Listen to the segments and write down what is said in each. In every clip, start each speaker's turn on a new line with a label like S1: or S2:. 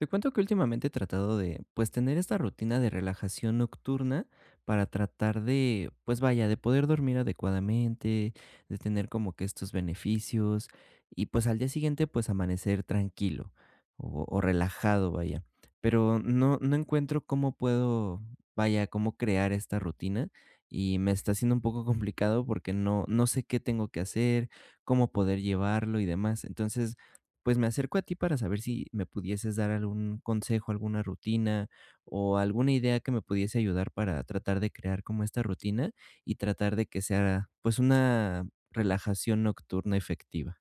S1: Te cuento que últimamente he tratado de, pues, tener esta rutina de relajación nocturna para tratar de, pues vaya, de poder dormir adecuadamente, de tener como que estos beneficios y pues al día siguiente pues amanecer tranquilo o relajado, vaya. Pero no, no encuentro cómo puedo, vaya, cómo crear esta rutina y me está siendo un poco complicado porque no, no sé qué tengo que hacer, cómo poder llevarlo y demás. Entonces pues me acerco a ti para saber si me pudieses dar algún consejo, alguna rutina o alguna idea que me pudiese ayudar para tratar de crear como esta rutina y tratar de que sea pues una relajación nocturna efectiva.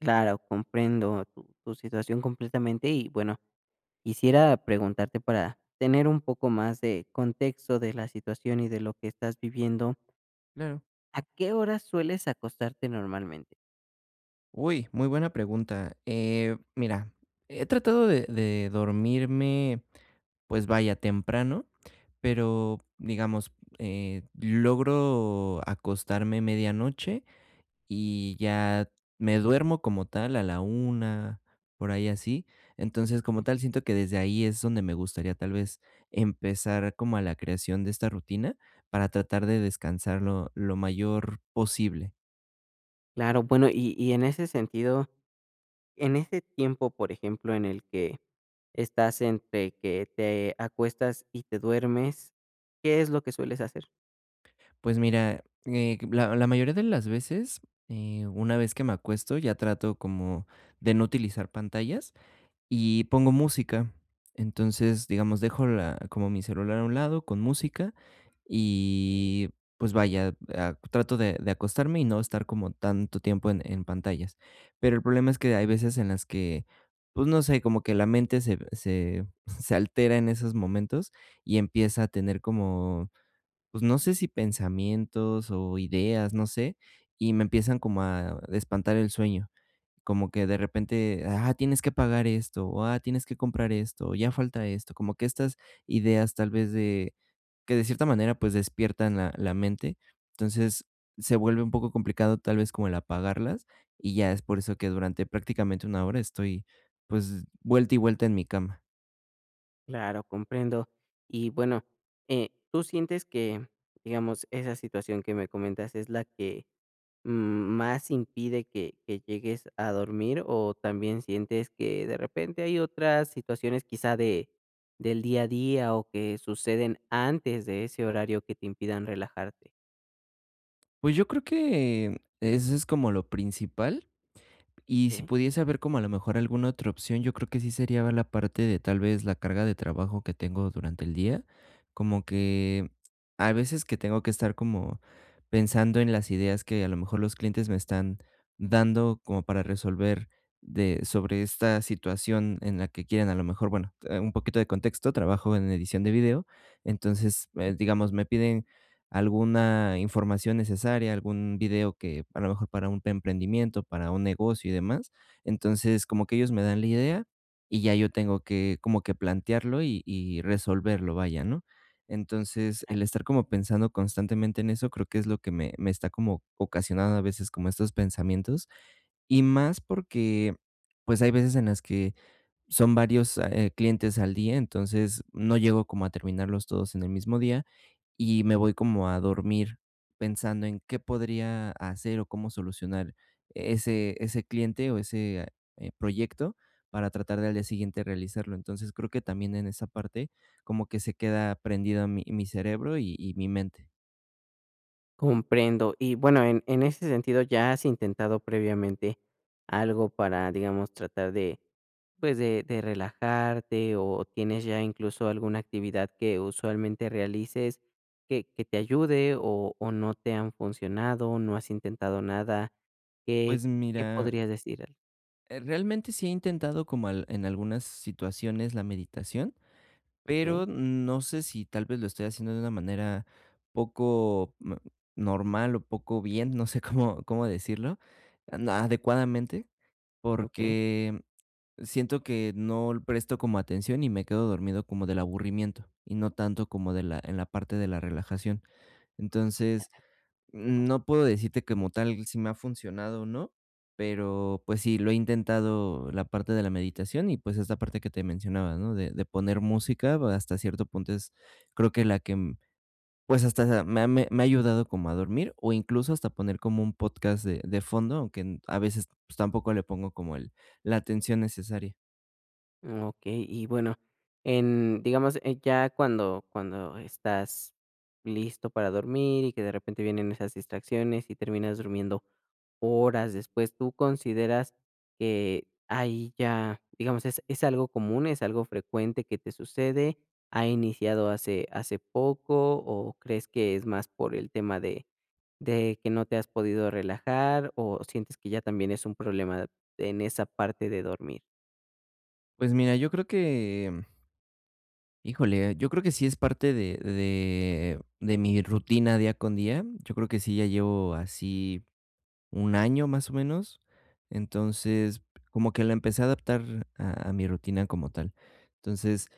S2: Claro, comprendo tu situación completamente. Y bueno, quisiera preguntarte para tener un poco más de contexto de la situación y de lo que estás viviendo,
S1: Claro.
S2: ¿a qué horas sueles acostarte normalmente?
S1: Uy, muy buena pregunta. Mira, he tratado de dormirme, pues vaya, temprano, pero digamos, logro acostarme medianoche. Y ya me duermo como tal a la una por ahí así. Entonces, como tal, siento que desde ahí es donde me gustaría tal vez empezar como a la creación de esta rutina para tratar de descansar lo mayor posible.
S2: Claro, bueno, y en ese sentido, en ese tiempo, por ejemplo, en el que estás entre que te acuestas y te duermes, ¿qué es lo que sueles hacer?
S1: Pues mira, la mayoría de las veces, una vez que me acuesto, ya trato como de no utilizar pantallas y pongo música. Entonces, digamos, dejo la como mi celular a un lado con música y, pues, vaya, trato de acostarme y no estar como tanto tiempo en pantallas. Pero el problema es que hay veces en las que, pues, no sé, como que la mente se se se altera en esos momentos y empieza a tener como, pues, no sé si pensamientos o ideas, no sé, y me empiezan como a espantar el sueño. Como que de repente, tienes que pagar esto, o tienes que comprar esto, o ya falta esto, como que estas ideas tal vez de que de cierta manera pues despiertan la mente, entonces se vuelve un poco complicado tal vez como el apagarlas y ya es por eso que durante prácticamente una hora estoy pues vuelta y vuelta en mi cama.
S2: Claro, comprendo. Y bueno, ¿tú sientes que, digamos, esa situación que me comentas es la que más impide que llegues a dormir, o también sientes que de repente hay otras situaciones quizá de, del día a día o que suceden antes de ese horario que te impidan relajarte?
S1: Pues yo creo que eso es como lo principal. Y si
S2: ¿Ok?
S1: pudiese haber como a lo mejor alguna otra opción, yo creo que sí sería la parte de tal vez la carga de trabajo que tengo durante el día, como que a veces que tengo que estar como pensando en las ideas que a lo mejor los clientes me están dando como para resolver de sobre esta situación en la que quieren a lo mejor, bueno, un poquito de contexto, trabajo en edición de video, entonces, digamos, me piden alguna información necesaria, algún video que a lo mejor para un emprendimiento, para un negocio y demás. Entonces, como que ellos me dan la idea y ya yo tengo que como que plantearlo y resolverlo, vaya, ¿no? Entonces, el estar como pensando constantemente en eso, creo que es lo que me está como ocasionando a veces como estos pensamientos. Y más porque, pues hay veces en las que son varios, clientes al día, entonces no llego como a terminarlos todos en el mismo día, y me voy como a dormir pensando en qué podría hacer o cómo solucionar ese cliente o ese, proyecto para tratar de al día siguiente realizarlo. Entonces, creo que también en esa parte como que se queda prendido mi cerebro y mi mente.
S2: Comprendo. Y bueno, en ese sentido, ¿ya has intentado previamente algo para, digamos, tratar de, pues, de relajarte, o tienes ya incluso alguna actividad que usualmente realices que te ayude, o no te han funcionado, no has intentado nada? ¿Qué
S1: Pues
S2: qué
S1: mira,
S2: podrías decir al?
S1: realmente sí he intentado como al en algunas situaciones la meditación.
S2: Okey,
S1: Pero no sé si tal vez lo estoy haciendo de una manera poco normal o poco bien, no sé cómo decirlo, adecuadamente,
S2: okey.
S1: porque siento que no le presto como atención y me quedo dormido como del aburrimiento y no tanto como en la parte de la relajación. Entonces, no puedo decirte que como tal si me ha funcionado o no, pero pues sí, lo he intentado la parte de la meditación y pues esta parte que te mencionaba, ¿no? De poner música va, hasta cierto punto es creo que la que pues hasta me ha ayudado como a dormir o incluso hasta poner como un podcast de fondo, aunque a veces pues, tampoco le pongo como la atención necesaria.
S2: Okey. Y bueno, en digamos, ya cuando estás listo para dormir y que de repente vienen esas distracciones y terminas durmiendo horas después, ¿tú consideras que ahí ya, digamos, es algo común, es algo frecuente que te sucede? ¿Ha iniciado hace poco o crees que es más por el tema de que no te has podido relajar, o sientes que ya también es un problema en esa parte de dormir?
S1: Pues mira, yo creo que, híjole, yo creo que sí es parte de mi rutina día con día. Yo creo que sí ya llevo así un año más o menos. Entonces, como que la empecé a adaptar a mi rutina como tal. Entonces,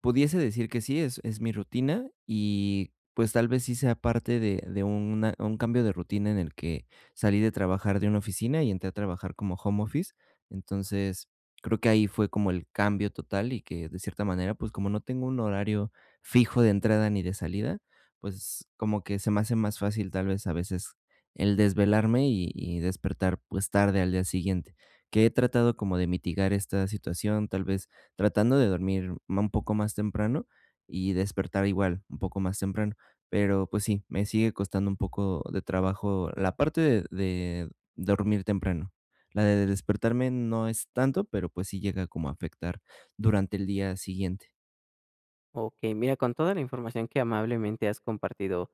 S1: pudiese decir que sí, es mi rutina y, pues, tal vez sí sea parte de una un cambio de rutina en el que salí de trabajar de una oficina y entré a trabajar como home office. Entonces, creo que ahí fue como el cambio total y que, de cierta manera, pues, como no tengo un horario fijo de entrada ni de salida, pues, como que se me hace más fácil, tal vez, a veces, el desvelarme y despertar, pues, tarde al día siguiente, que he tratado como de mitigar esta situación, tal vez tratando de dormir un poco más temprano y despertar igual un poco más temprano. Pero pues sí, me sigue costando un poco de trabajo la parte de dormir temprano. La de despertarme no es tanto, pero pues sí llega como a afectar durante el día siguiente.
S2: Ok, mira, con toda la información que amablemente has compartido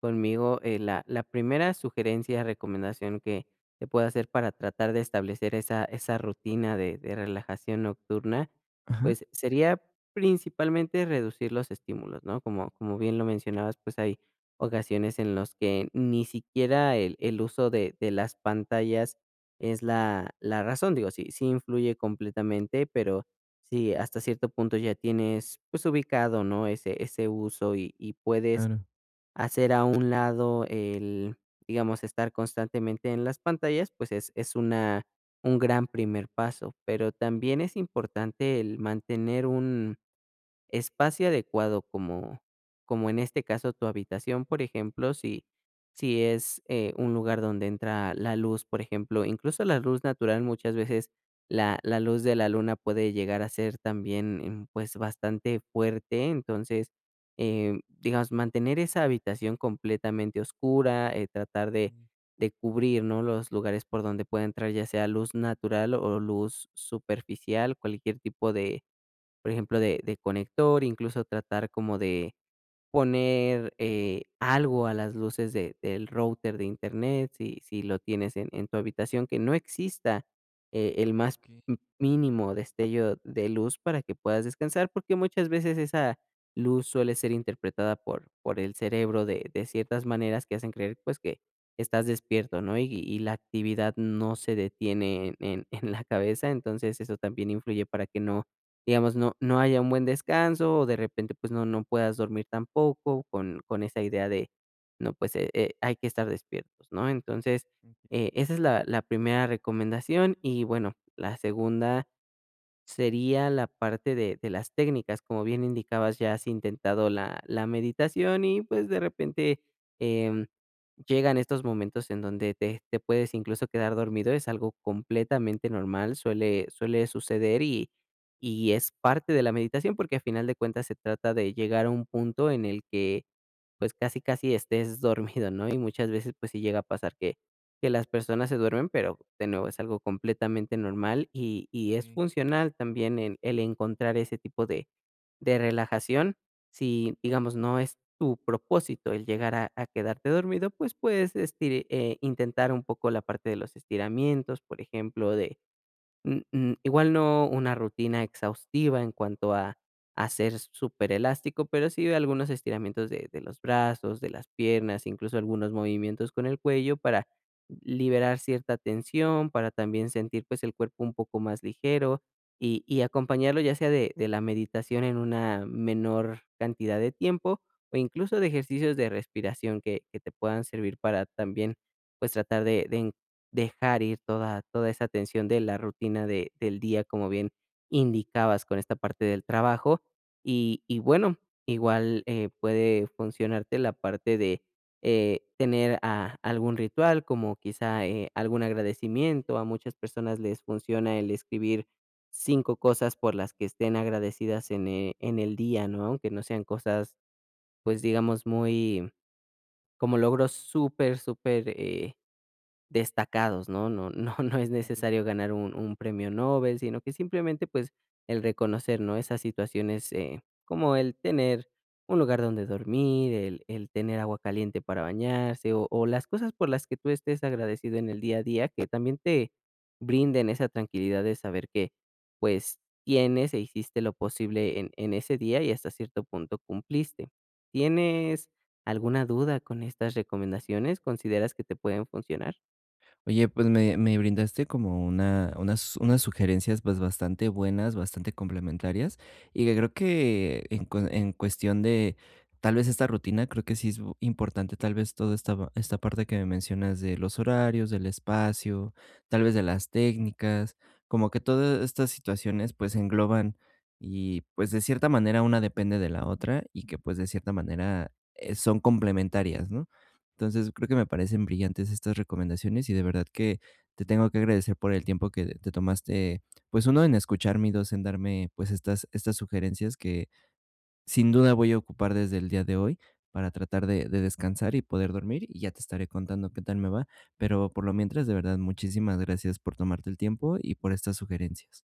S2: conmigo, la primera sugerencia, recomendación que te puedo hacer para tratar de establecer esa, esa rutina de relajación nocturna,
S1: Ajá.
S2: pues sería principalmente reducir los estímulos, ¿no? Como, como bien lo mencionabas, pues hay ocasiones en las que ni siquiera el uso de las pantallas es la, la razón. Digo, sí, sí influye completamente, pero sí, hasta cierto punto ya tienes, pues, ubicado, ¿no? Ese uso, y puedes
S1: Claro.
S2: hacer a un lado el, digamos, estar constantemente en las pantallas. Pues, es una un gran primer paso, pero también es importante el mantener un espacio adecuado, como en este caso tu habitación. Por ejemplo, si es, un lugar donde entra la luz, por ejemplo, incluso la luz natural, muchas veces la luz de la luna puede llegar a ser también, pues, bastante fuerte. Entonces, digamos, mantener esa habitación completamente oscura, tratar de
S1: Mm.
S2: de cubrir, ¿no?, los lugares por donde pueda entrar, ya sea luz natural o luz superficial, cualquier tipo de, por ejemplo, de conector. Incluso tratar como de poner, algo a las luces de del router de Internet, si lo tienes en tu habitación, que no exista, el más
S1: Ok,
S2: m mínimo destello de luz para que puedas descansar, porque muchas veces esa luz suele ser interpretada por el cerebro de ciertas maneras que hacen creer, pues, que estás despierto, ¿no? Y la actividad no se detiene en en la cabeza. Entonces eso también influye para que no, digamos, no haya un buen descanso, o de repente, pues, no puedas dormir tampoco con esa idea de, no, pues, hay que estar despiertos, ¿no? Entonces, esa es la primera recomendación. Y bueno, la segunda sería la parte de las técnicas, como bien indicabas, ya has intentado la meditación y, pues, de repente, em, llegan estos momentos en donde te puedes incluso quedar dormido. Es algo completamente normal, suele suceder, y es parte de la meditación, porque a final de cuentas se trata de llegar a un punto en el que, pues, casi, casi estés dormido, ¿no? Y muchas veces, pues, sí llega a pasar que las personas se duermen, pero de nuevo es algo completamente normal y es funcional también el encontrar ese tipo de relajación. Si, digamos, no es tu propósito el llegar a quedarte dormido, pues puedes intentar un poco la parte de los estiramientos, por ejemplo. Mm, mm, igual no una rutina exhaustiva en cuanto a hacer súper elástico, pero sí algunos estiramientos de los brazos, de las piernas, incluso algunos movimientos con el cuello para liberar cierta tensión, para también sentir, pues, el cuerpo un poco más ligero, y acompañarlo ya sea de la meditación en una menor cantidad de tiempo, o incluso de ejercicios de respiración que te puedan servir para también, pues, tratar de dejar ir toda esa tensión de la rutina de del día, como bien indicabas con esta parte del trabajo. Y bueno, igual, puede funcionarte la parte de, tener a algún ritual, como quizá, algún agradecimiento. A muchas personas les funciona el escribir 5 cosas por las que estén agradecidas en el día, ¿no? Aunque no sean cosas, pues, digamos, muy como logros súper, súper, destacados, ¿no? No no es
S1: ok.
S2: necesario ganar un premio Nobel, sino que simplemente, pues, el reconocer, ¿no? Esas situaciones, como el tener un lugar donde dormir, el tener agua caliente para bañarse, o las cosas por las que tú estés agradecido en el día a día, que también te brinden esa tranquilidad de saber que, pues, tienes e hiciste lo posible en ese día y hasta cierto punto cumpliste. ¿Tienes alguna duda con estas recomendaciones? ¿Consideras que te pueden funcionar?
S1: Oye, pues me brindaste como unas sugerencias pues bastante buenas, bastante complementarias y que creo que en cuestión de tal vez esta rutina, creo que sí es importante tal vez toda esta parte que me mencionas de los horarios, del espacio, tal vez de las técnicas, como que todas estas situaciones pues engloban y pues de cierta manera una depende de la otra y que pues de cierta manera son complementarias, ¿no? Entonces, creo que me parecen brillantes estas recomendaciones y de verdad que te tengo que agradecer por el tiempo que te tomaste, pues, uno en escucharme y 2 en darme, pues, estas sugerencias que sin duda voy a ocupar desde el día de hoy para tratar de descansar y poder dormir, y ya te estaré contando qué tal me va. Pero por lo mientras, de verdad, muchísimas gracias por tomarte el tiempo y por estas sugerencias.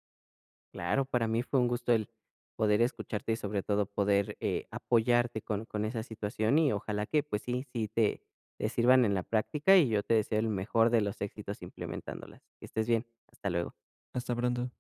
S2: Claro, para mí fue un gusto el poder escucharte y sobre todo poder, apoyarte con esa situación, y ojalá que pues sí, sí te sirvan en la práctica. Y yo te deseo el mejor de los éxitos implementándolas. Que estés bien, hasta luego.
S1: Hasta pronto.